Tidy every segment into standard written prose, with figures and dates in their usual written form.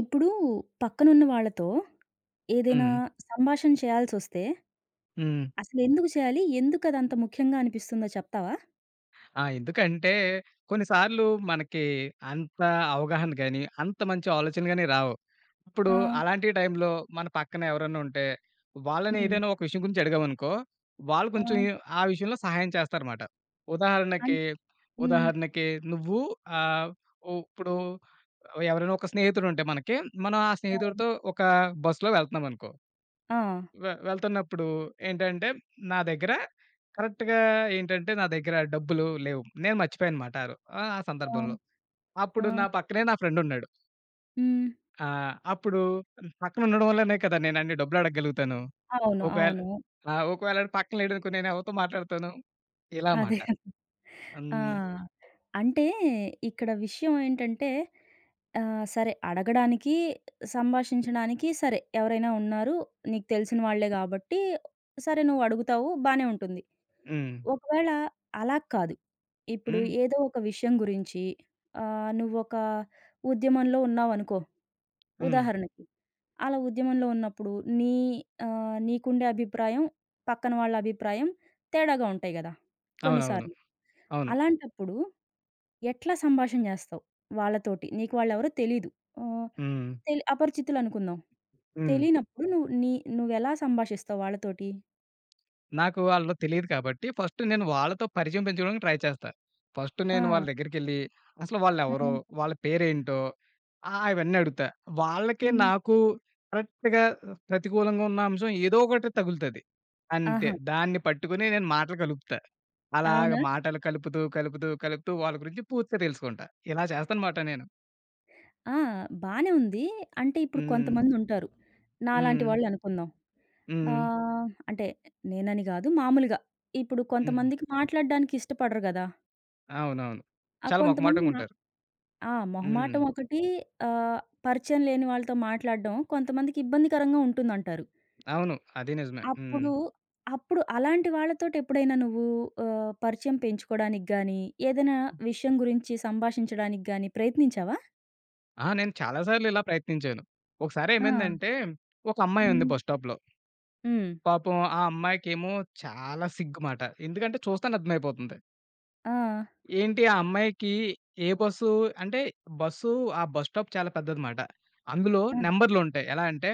ఇప్పుడు పక్కనున్న వాళ్ళతో ఏదైనా హ్మ్. సంభాషణ చేయాల్సొస్తే, హ్మ్. అసలెందుకు చేయాలి? ఎందుకదంత ముఖ్యంగా అనిపిస్తుందో చెప్తావా? ఆ! ఎందుకంటే కొన్ని సార్లు మనకి అంత అవగాహన గాని, అంత మంచి ఆలోచన గాని రావు. ఇప్పుడు ఆ! అలాంటి టైంలో మన పక్కన ఎవరైనా ఉంటే, వాళ్ళని హ్మ్. ఏదైనా ఒక విషయం గురించి అడిగామనుకో, వాళ్ళు ఆ! కొంచెం ఆ విషయంలో సహాయం చేస్తారమాట. అన్ ఉదాహరణకి, హ్మ్. ఉదాహరణకి, నువ్వు ఆహ్, ఉ ఇప్పుడు ఎవరైనా ఒక స్నేహితుడు ఉంటే మనకి, మనం ఆ అవును. స్నేహితుడితో ఒక బస్సులో వెళ్తున్నామనుకో. ఆ! వెళ్తున్నప్పుడు ఏంటంటే, నా దగ్గర కరెక్ట్‌గా ఏంటంటే, నా దగ్గర డబ్బులు లేవు. నేను మర్చిపోయాను మాట ఆ రో ఆహ్, ఆ ఆ! సందర్భంలో. ఆ! అప్పుడు నా పక్కనే నా ఫ్రెండున్నాడు. హ్మ్. అప్పుడు పక్కన ఉండడం వల్లనే కదా నేను అన్ని డబ్బులు అడగగలుగుతాను. అవును. ఒకవేళ అవును. ఆ! ఒకవేళ ఆడు పక్కన లేడనుకో, నేను ఎవరితో మాట్లాడతాను? ఇలా అదే మాట. కదా! ఆ! హ్మ్. అంటే ఇక్కడ విషయం ఏంటంటే సరే అడగడానికి, సంభాషించడానికి సరే ఎవరైనా ఉన్నారు. నీకు తెలిసిన వాళ్ళే గాబట్టి సరే నువ్వడుగుతావు బానే ఉంటుంది. హ్మ్. ఒకవేళ అలా కాదు. ఇప్పుడు హ్మ్. ఏదో ఒక విషయం గురించి నువ్వొక ఉద్యమంలో ఉన్నావనుకో. హ్మ్. ఉదాహరణకి. అలా ఉద్యమంలో ఉన్నప్పుడు నీ నీకుండే అభిప్రాయం, పక్కన వాళ్ళ అభిప్రాయం తేడాగా ఉంటాయి గదా! అవునవును. కొన్నిసార్లు. అవును. అలాంటప్పుడు ఎట్లా సంభాషణ జేస్తావు వాళ్ళతోటి? నీకు వాళ్ళెవరో తెలీదు. ఆహ్, హ్మ్. అపరిచితులనుకుందాం. హ్మ్. తెలియనప్పుడు నువ్వు నీ నువ్వెలా సంభాషిస్తావు వాళ్ళతోటి? నాకు వాళ్ళలో తెలీదు కాబట్టి ఫస్ట్ నేను వాళ్ళతో పరిచయం పెంచుకోవడానికి ట్రై చేస్తా. ఫస్ట్ ఆ! నేను వాళ్ళ దగ్గరికెళ్ళి అసలు వాళ్ళెవరో? హ్మ్. వాళ్ళ పేరేంటో? అవన్నీ అడుగుతా. వాళ్ళకే హ్మ్. నాకు కరెక్ట్‌గా ప్రతికూలంగా ఉన్న అంశం ఏదో ఒకటి తగులుతది. అంతే. ఆహా! దాన్ని పట్టుకొని నేను మాటలు కలుపుతా. అలాగ అవునా? మాటలు కలుపుతూ, కలుపుతూ, కలుపుతూ వాళ్ళ గురించి పూర్తిగా తెలుసుకుంటా. ఇలా చేస్తానమాట నేను. ఆ! బానే ఉంది. అంటే ఇప్పుడు హ్మ్. కొంతమందుంటారు. నాలాంటి హ్మ్. వాళ్ళనుకుందాం. హ్మ్. అంటే నేనని గాదు మామూలుగా. ఇప్పుడు హ్మ్. కొంతమందికి మాట్లాడడానికి ఇష్టపడరు గదా! అవునవును. ఆ చాలా కొంతమంది నా మొహమాటంగుంటారు. ఆ! హ్మ్. మొహమాటం ఒకటి ఆహ్, పరిచయం లేని వాళ్ళతో మాట్లాడడం కొంతమందికి ఇబ్బందికరంగా ఉంటుందంటారు. అవును. అది నిజమే. హ్మ్. అప్పుడు, అప్పుడు అలాంటి వాళ్ళతోటెప్పుడైనా నువ్వు పరిచయం పెంచుకోడానికి గానీ, ఏదైనా విషయం గురించి సంభాషించడానికి గానీ ప్రయత్నించావా? ఆ! నేను చాలా సార్లు ఇలా ప్రయత్నించాను. ఆ! ఒకసారేమైందంటే, ఒక అమ్మాయి ఉంది హ్మ్. బస్ స్టాప్‌లో. హ్మ్. పాపం ఆ అమ్మాయికేమో చాలా సిగ్గుమాట. ఎందుకంటే చూస్తేనే అర్థమైపోతుంది. ఆ! ఏంటి ఆ అమ్మాయికి ఏ బస్సు అంటే బస్సు ఆ బస్ స్టాప్ చాలా పెద్దదిమాట. అందులో ఆ! నంబర్‌లుంటాయి. ఎలా అంటే,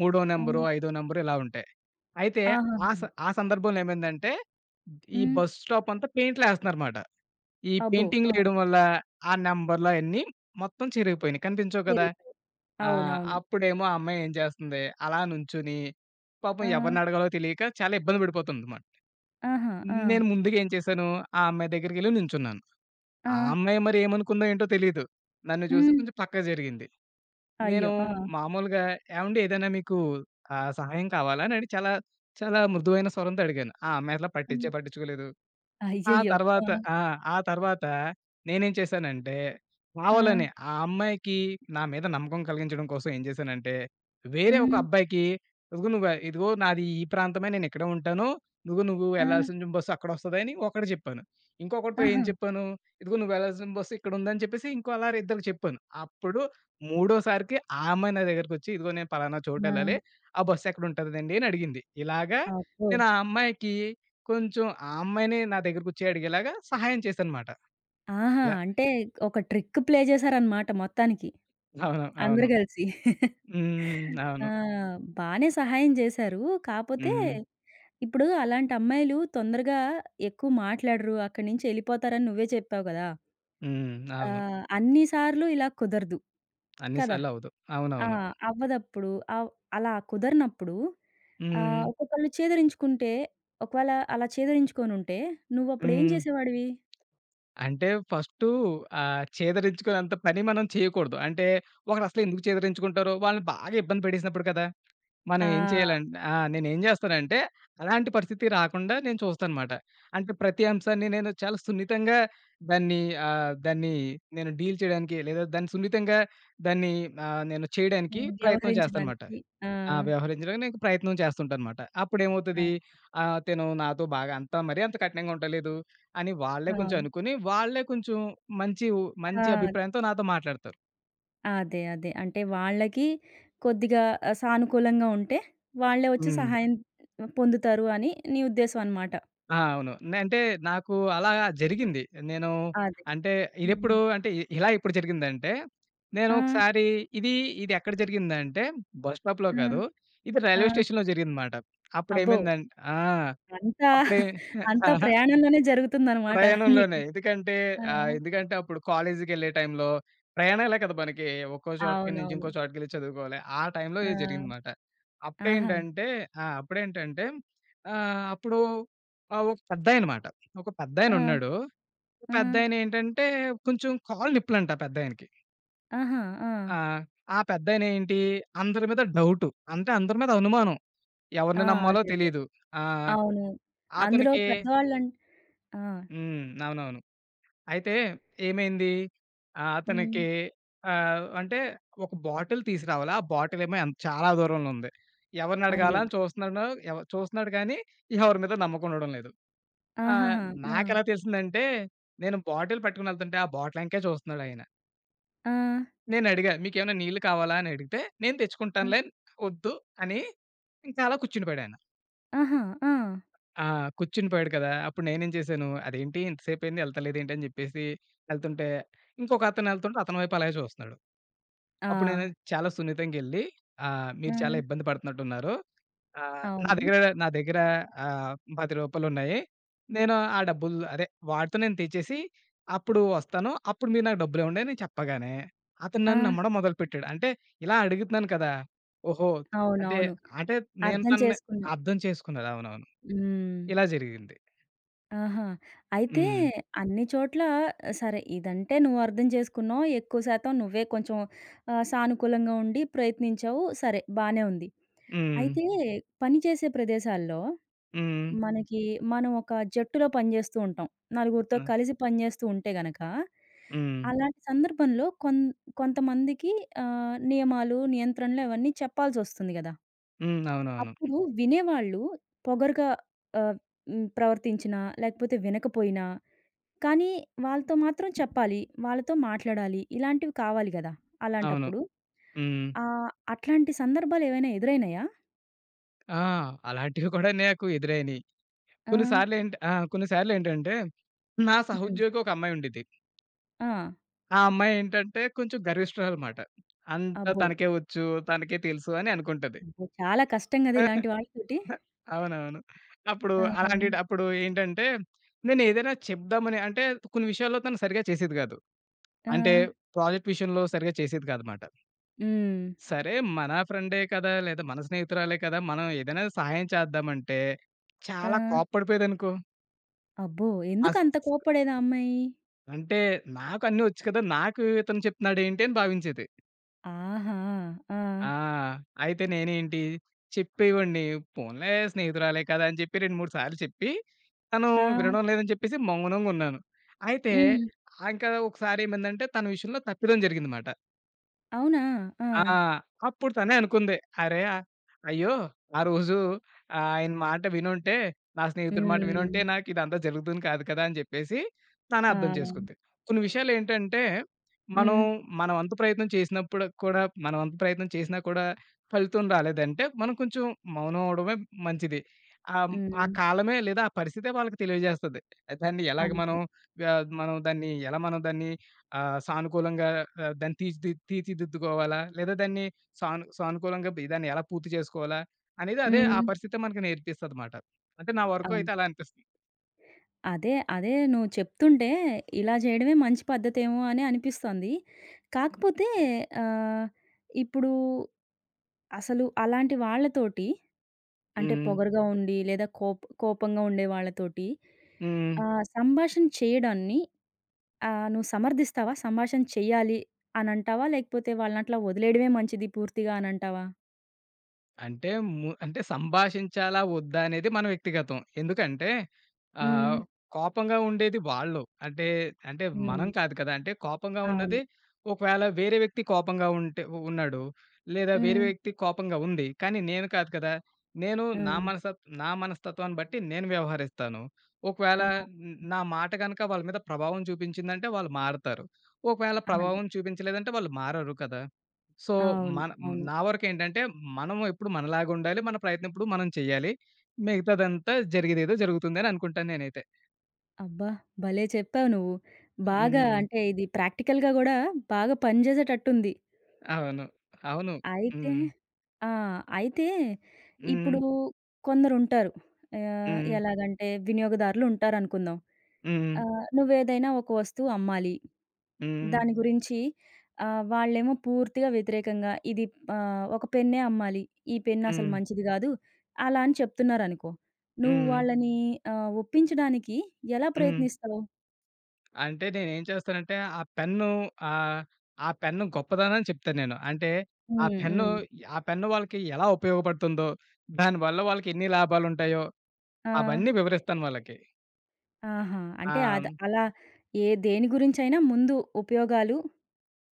మూడో ఆ! నంబరు, ఐదో నంబరు ఇలా ఉంటాయి. అయితే ఆ ఆహాహా! స ఆ సందర్భంలో ఏమైందంటే, ఈ హ్మ్. బస్ స్టాప్ అంతా పెయింట్‌లేస్తన్నారమాట. ఈ అబ్బో! ఆ! పెయింటింగ్‌లేయడం వల్ల ఆ నంబర్‌లు అయన్నీ మొత్తం చిరిగిపోయినాయి. కనిపించవు కదా! చెరిగిపోయాయి. ఆ! అవునవును. అప్పుడేమో ఆ అమ్మాయి ఏం చేస్తుంది, అలా నుంచొని పాపం ఆ! ఎవరిని అడగాలో తెలియక చాలా ఇబ్బంది పడిపోతుందన్నమాట. ఆహా! ఆ! నేను ముందుగా ఏం చేశాను, ఆ అమ్మాయి దగ్గరికెళ్లి నించున్నాను. ఆ! ఆ అమ్మాయి మరి ఏమనుకుందో ఏంటో తెలీదు. నన్ను చూసి హ్మ్. కొంచెం పక్కకి జరిగింది. నేను అయ్యో! ఆ! మామూలుగా, "ఏవండీ, ఏదైనా మీకు సహాయం కావాలా?" అని చాలా చాలా మృదువైన స్వరంతో అడిగాను. ఆ అమ్మాయి అసల పట్టించే హ్మ్. పట్టించుకోలేదు. ఆ అయ్యయ్యో! ఆ! తర్వాత ఆ! ఆ తర్వాత నేనేం చేశానంటే, ఆ! కావాలని ఆ అమ్మాయికి నా మీద నమ్మకం కలిగించడం కోసం ఏం చేశానంటే, వేరే ఒక హ్మ్. అబ్బాయికి, " ఇదిగో నాది ఈ ప్రాంతమే, నేనిక్కడే ఉంటాను. ఇదిగో నువ్వు ఆ! వెళ్ళాల్సిన బస్సు అక్కడొస్తదని" ఒకడికి చెప్పాను. ఇంకొకడితో ఏం ఆహా! చెప్పాను, "ఇదిగో నువ్వు వెళ్ళాల్సిన బస్సు ఇక్కడుందని" చెప్పేసి ఇంకో అలా ఇద్దరికి చెప్పాను. అప్పుడు మూడోసారికి ఆ అమ్మాయి నా దగ్గరికొచ్చి, "ఇదిగో నేను పలానా చోటెళ్ళాలి. ఆ! ఆ బస్సు ఎక్కడుంటదండి?" అని అడిగింది. ఇలాగా అబ్బో! నేను ఆ అమ్మాయికి కొంచెం, ఆ అమ్మాయిని నా దగ్గరకొచ్చి అడిగేలాగా సహాయం చేశానమాట. ఆహా! ఇలా. అంటే ఒక ట్రిక్ ప్లే చేశారన్నమాట మొత్తానికి. అవును. అందరూ అవును. కలిసి. హ్మ్. ఆ! అవును. బానే సహాయం చేశారు. కాపోతే హ్మ్. ఇప్పుడు అలాంటి అమ్మాయిలు తొందరగా ఎక్కువ మాట్లాడరు. అక్కడి నుంచి ఎళ్ళిపోతారని నువ్వే చెప్పావు కదా! హ్మ్. అవును. అన్ని సార్లు ఇలా కుదరదు అన్ని కదా! సార్లు అవ్వదు. ఆ! అవునవును. అవ్వదప్పుడు ఆవ్ అలా కుదరనప్పుడు హ్మ్. ఒక్కొక్కళ్ళు చేదరించుకుంటే ఒకవేళ అలా చేదరించుకొనుంటే నువ్వప్పుడేం హ్మ్. చేసేవాడివి? అంటే ఫస్టు, చేదరించుకునేంత పని మనం చేయకూడదు. అంటే ఒకరసలు ఎందుకు చేదరించుకుంటారో? వాళ్ళని బాగా ఇబ్బంది పెట్టేసినప్పుడు కదా! మనం ఏం ఆ! చేయాలంటే, ఆ! నేనేం జేస్తానంటే, అలాంటి పరిస్థితి రాకుండా నేను చూస్తానమాట. అంటే ప్రతి అంశాన్ని నేను చాలా సున్నితంగా దాన్ని దాన్ని నేను డీల్ చేయడానికి, లేదా దాన్ని సున్నితంగా దాన్ని నేను చేయడానికి హ్మ్. ప్రయత్నం చేస్తానమాట. వ్యవహరించడానికి. ఆ! ఆ! వ్యవహరించడానికి నేను ప్రయత్నం చేస్తుంటానమాట. ఆ! అప్పుడేమవుతది, "తిను నాతో బాగా అంత మరీ అంత కఠినంగా ఉండలేదు" అని వాళ్ళే కొంచెం అవును. అనుకుని, వాళ్ళే కొంచెం మంచి, మంచి ఆ! అభిప్రాయంతో నాతో మాట్లాడతారు. అదే. అదే. అంటే వాళ్ళకి కొద్దిగా సానుకూలంగా ఉంటే వాళ్ళే వచ్చి హ్మ్. సహాయం పొందుతారు అని నీ ఉద్దేశం అనమాట. ఆ! అవును. అంటే నాకు అలా జరిగింది. నేను, అదే. అంటే, హ్మ్. ఇదెప్పుడు అంటే ఇ ఇలా ఎప్పుడు జరిగిందంటే, నేను ఆ! ఒకసారి ఇది ఇది ఎక్కడ జరిగిందంటే, బస్ స్టాప్‌లో ఆ! కాదు. ఇది రైల్వే ఆ! స్టేషన్‌లో జరిగిందన్నమాట. అబ్బో! అప్పుడేమైందంటే, ఆ! అంతా అప్పుడే అంతా ప్రయాణంలోనే జరుగుతుందనమాట నీకు. ప్రయాణంలోనే. ఎందుకంటే ఆ! అప్పుడు కాలేజీకెళ్ళే టైంలో ప్రయాణాలే కదా! మనకి ఒక్కో చోటకి నుంచి అవునవును. ఇంకో చోటకెళ్ళి చదువుకోవాలి. ఆ టైంలో ఇది ఆ! జరిగిందన్నమాట. ఆహా! అప్పుడేంటంటే ఆ! అప్పుడేంటంటే అప్పుడు ఒక పెద్దాయనమాట. ఒక ఆ! పెద్దాయనున్నాడు. ఆ! పెద్దాయనేంటంటే కొంచెం కాళ్ళు నిప్పులంట ఆ పెద్దాయనకి. ఆహా! ఆ! ఆ! ఆ పెద్దాయనేంటి, అందరి మీద డౌటు. అంటే అందరి మీద అనుమానం. ఆ! ఎవరిని నమ్మాలో అదే. అదే. తెలీదు. ఆ! అవును. అందులో అతనికి. పెద్దవాళ్ళం ఆ! హ్మ్. అవునవును. అయితే ఏమైంది? ఆహ్, హ్మ్. అతనికి అంటే ఒక బాటిల్ తీసురావాలి. ఆ బాటిల్ ఏమో ఎన్ చాలా దూరంలో ఉంది. ఎవరినడగాలా అయ్యో! అని చూస్తున్నాడు. చూస్తున్నాడు కానీ, ఎవరి మీద నమ్మకం ఉండడం లేదు. ఆహ్, ఆహాహా! ఆ! నాకెలా తెలిసిందంటే, నేను బాటిల్ పట్టుకొని ఎళ్తుంటే, ఆ బాటిల్ ఎనకే చూస్తున్నాడాయన. ఆ! నేనడిగా, "మీకేమైనా నీళ్ళు కావాలా?" అని అడిగితే, "నేను ఆ! తెచ్చుకుంటానులే, వద్దు" అని ఇంకా అలా కూర్చుండిపోయాడాయన. ఆహా! ఆ! ఆ! కూర్చునిపోయాడు కదా! అప్పుడు నేనేం చేశాను, అదేంటి ఇంతసేపయింది ఎళ్తలేదేంటి అని చెప్పేసి ఎళ్తుంటే, ఇంకొక అతను ఎళ్తుంటే అతని వైపు అలాగే చూస్తున్నాడు. ఆ! అప్పుడు నేను చాలా సున్నితంగెళ్ళి, ఆ! "మీరు చాలా ఇబ్బంది పడుతున్నట్టున్నారు. ఆహ్, నా అవును. దగ్గర నా దగ్గర ఆహ్, రూ. 10 నేను ఆ డబ్బులు అదే వాడితో నేను తెచ్చేసి అప్పుడు వస్తాను. అప్పుడు మీరు నాకు డబ్బులివ్వండి" అని చెప్పగానే, అతను ఆ! నన్ను నమ్మడం మొదలుపెట్టాడు. అంటే ఇలా అడుగుతున్నాను కదా! ఓహో! అంటే అవునవును. అంటే నేను అర్థం తనని చేసుకున్నాం. అర్థం చేసుకున్నాను. అవునవును. హ్మ్. ఇలా జరిగింది. ఆహా! అయితే హ్మ్. అన్ని చోట్ల సరే ఇదంటే నువ్వు అర్థం చేసుకున్నావు. ఎక్కువ శాతం నువ్వే కొంచెం సానుకూలంగా ఉండి ప్రయత్నించావు. సరే బానే ఉంది. హ్మ్. అయితే పని చేసే ప్రదేశాల్లో హ్మ్. మనకి మనం ఒక జట్టులో పనిచేస్తూ ఉంటాం. నలుగురితో ఆ! కలిసి పనిచేస్తూ ఉంటే గనక, హ్మ్. అలాంటి సందర్భంలో కొంతమందికి నియమాలు, నియంత్రణలు అవన్నీ చెప్పాల్సొస్తుంది గదా! హ్మ్. అవునవును. అప్పుడు వినేవాళ్ళు పొగరుగా ఆహ్, ప్రవర్తించినా లేకపోతే వినకపోయినా కానీ వాళ్ళతో మాత్రం చెప్పాలి. వాళ్ళతో మాట్లాడాలి. ఇలాంటివి కావాలి గదా! అవును. అలాంటప్పుడు. హ్మ్. అట్లాంటి సందర్భాలేవైనా ఎదురైనాయా? ఆ! అలాంటివి కూడా నాకు ఎదురైనియి. ఆ! కొన్ని సార్లేంటి ఆ! కొన్ని సార్లేంటంటే, నా హ్మ్. సహోద్యోగి ఒక అమ్మాయి ఉండిద్ది. ఆ! ఆ అమ్మాయి ఏంటంటే కొంచెం గర్విష్టురాలమాట. అంతా అబ్బో! తనకే వచ్చు, తనకే తెలుసు అని అనుకుంటది. అబ్బో! చాలా కష్టం గదా! ఇలాంటి వాళ్ళతోటి. అవునవును. ఆ! అప్పుడు ఏంటంటే, నేనేదైనా చెప్దామని అంటే, కొన్ని విషయాల్లో తను సరిగ్గా చేసేది కాదు. ఆ! అంటే ప్రాజెక్ట్ విషయంలో సరిగ్గా చేసేది కాదన్నమాట. హ్మ్. సరే, మన ఫ్రెండే కదా! లేదా మన స్నేహితురాలే కదా! మనం ఏదైనా సహాయం చేద్దామంటే, ఆ! చాలా కోప్పడిపోయేదనుకో. అబ్బో! అస్ ఎందుకంత కోప్పడేదా అమ్మాయి? అంటే, "నాకు అన్నీ ఒచ్చు కదా! నాకు ఇతను చెప్తున్నాడేంటి?" అని భావించేది. ఆహా! ఆ! ఆ! అయితే నేనేంటి చెప్పేవాడిని. పోన్లే, స్నేహితురాలే కదా! అని చెప్పి, 2, 3 సార్లు చెప్పి, తను ఆ! వినడం లేదని చెప్పేసి మౌనంగున్నాను. అయితే హ్మ్. ఇంకా ఒకసారేమైందంటే, తన విషయంలో తప్పిదం జరిగింది మాట. అవునా? ఆ! ఆ! అప్పుడు తనే అనుకుంది. అరే! అయ్యో! ఆ రోజు ఆయన మాట వినుంటే, నా స్నేహితుడి మాట హ్మ్. వినుంటే నాకిదంతా జరుగుతుంది కాదు కదా! అని చెప్పేసి తనే ఆ! అర్థం చేసుకుంది. కొన్ని విషయాలేంటంటే, మనం హ్మ్. మన వంతు ప్రయత్నం చేసినా కూడా ఫలితం రాలేదంటే, మనం కొంచెం మౌనం అవ్వడమే మంచిది. ఆ హ్మ్. కాలమే లేదా ఆ పరిస్థితే వాళ్ళకి తెలియజేస్తది. దాన్ని ఎలాగ అంతే. మనం ఆహ్, మనం దాన్ని ఎలా, మనం దాన్ని ఆ! సానుకూలంగా దాన్ని తీర్చిదిద్దుకోవాలా? లేదా దాన్ని సానుకూలంగా దాన్ని ఎలా పూర్తి చేసుకోవాలా? అనేది అదే, ఆ హ్మ్. పరిస్థితే మనకి నేర్పిస్తదమాట. అంటే నా వరకు అవును. అయితే అలా అనిపిస్తుంది. అదే. అదే నువ్వు చెప్తుంటే ఇలా చేయడమే మంచి పద్ధతేమో అని అనిపిస్తోంది. కాకపోతే ఆహ్, ఇప్పుడు అసలు అలాంటి వాళ్ళతోటి అంటే హ్మ్. పొగరుగా ఉండి లేదా కోపంగా ఉండే వాళ్ళతోటి హ్మ్. సంభాషణ చేయడాన్ని నువ్వు సమర్థిస్తావా? సంభాషణ చేయాలి అనంటావా? లేకపోతే వాళ్ళనట్లా వదిలేయడమే మంచిది పూర్తిగా అనంటావా? అంటే అంటే సంభాషించాలా? వద్దా? అనేది మన వ్యక్తిగతం. ఎందుకంటే హ్మ్. ఆహ్, కోపంగా ఉండేది వాళ్ళు. అంటే, అంటే హ్మ్. మనం కాదు కదా! అంటే కోపంగా అవును. ఉన్నది, ఒకవేళ వేరే వ్యక్తి కోపంగా ఉంటే ఉన్నాడు. లేదా వేరే హ్మ్. వ్యక్తి కోపంగా ఉంది. కానీ నేను కాదు కదా! నేను ఆ! నా మనస్తత్వాన్ని బట్టి నేను వ్యవహరిస్తాను. ఒకవేళ ఆ! నా మాట గనక వాళ్ళ మీద ప్రభావం చూపించిందంటే వాళ్ళు మారతారు. ఒకవేళ అది. ప్రభావం చూపించలేదంటే వాళ్ళు మారరు కదా! సో, అవును. మన అవును. నా వరకేంటంటే, మనం ఎప్పుడు మనలాగా ఉండాలి. మన ప్రయత్నం ఎప్పుడు మనం చేయాలి. మిగతాదంతా జరిగేదేదో జరుగుతుందని అనుకుంటాను నేనైతే. అబ్బా! భలే చెప్పావు నువ్వు. బాగా హ్మ్. అంటే ఇది ప్రాక్టికల్‌గా గూడా బాగా పనిజేసేటట్టుంది. అవును. అవును. అయితే హ్మ్. ఆ! అయితే హ్మ్. ఇప్పుడు కొందరుంటారు. హ్మ్. ఎలాగంటే వినియోగదారులు ఉంటారనుకుందాం. హ్మ్. నువ్వేదైనా ఒక వస్తువు అమ్మాలి. హ్మ్. దాని గురించి వాళ్ళేమో పూర్తిగా వ్యతిరేకంగా ఇది ఒక పెన్నే అమ్మాలి. ఈ పెన్ అసలు హ్మ్. మంచిది గాదు. అలా అని చెప్తున్నారనుకో. నువ్వు హ్మ్. వాళ్ళని ఒప్పించడానికి ఎలా హ్మ్. ప్రయత్నిస్తావు? అంటే నేనేం చేస్తానంటే, ఆ పెన్ను ఆహ్, గొప్పదనం చెప్తాను నేను. అంటే, ఆ హ్మ్. పెన్ను హ్మ్. ఆ పెన్ను వాళ్ళకి ఎలా ఉపయోగపడుతుందో, దానివల్ల వాళ్ళకి ఎన్ని లాభాలుంటాయో ఆ! అవన్నీ వివరిస్తాను వాళ్ళకి. ఆహా! ఆ! అంటే అది అలా ఏ దేని గురించైనా ముందు ఉపయోగాలు,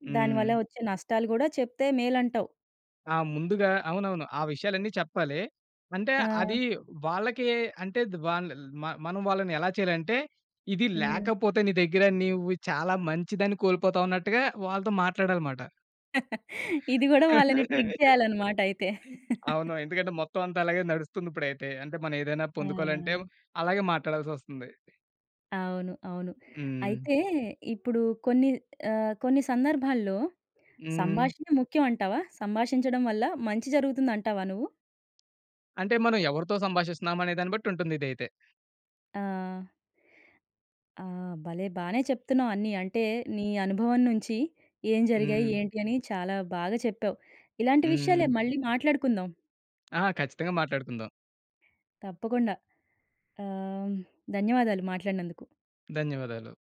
హ్మ్. దానివల్ల వచ్చే నష్టాలు గూడా చెప్తే మేలంటావు. ఆ! ముందుగా అవునవును. ఆ విషయాలన్నీ చెప్పాలి. అంటే అది ఆ! వాళ్ళకి అంటే ద వాళ్ళ మ మనం వాళ్ళని ఎలా చేయాలంటే, ఇది హ్మ్. లేకపోతే నీ దగ్గర నీవు చాలా మంచిదని కోల్పోతావు అన్నట్టుగా వాళ్ళతో మాట్లాడాలమాట. ఇది గూడా వాళ్ళని ట్రిక్ చేయాలన్నమాట అయితే. అవును. ఎందుకంటే మొత్తం అంతా అలాగే నడుస్తుంది ఇప్పుడైతే. అంటే మనం ఏదైనా ఆ! పొందుకోవాలంటే అలాగే మాట్లాడాల్సొస్తుంది. అవును. అవును. హ్మ్. అయితే ఇప్పుడు కొన్ని కొన్ని సందర్భాల్లో హ్మ్. సంభాషణే ముఖ్యం అంటావా? సంభాషించడం వల్ల మంచి జరుగుతుందంటావా నువ్వు? అంటే మనం ఎవరితో సంభాషిస్తున్నాం అనే దాన్ని బట్టి ఉంటుంది ఇదైతే. ఆ! ఆ! భలే బానే చెప్తున్నావు అన్నీ. అంటే నీ అనుభవం నుంచి ఏం జరిగాయి, హ్మ్. ఏంటి అని చాలా బాగా చెప్పావు. ఇలాంటి విషయాలే హ్మ్. మళ్ళీ మాట్లాడుకుందాం ఆ! ఖచ్చితంగా మాట్లాడుకుందాం. తప్పకుండా. ఆహ్, ధన్యవాదాలు మాట్లాడినందుకు. ధన్యవాదాలు.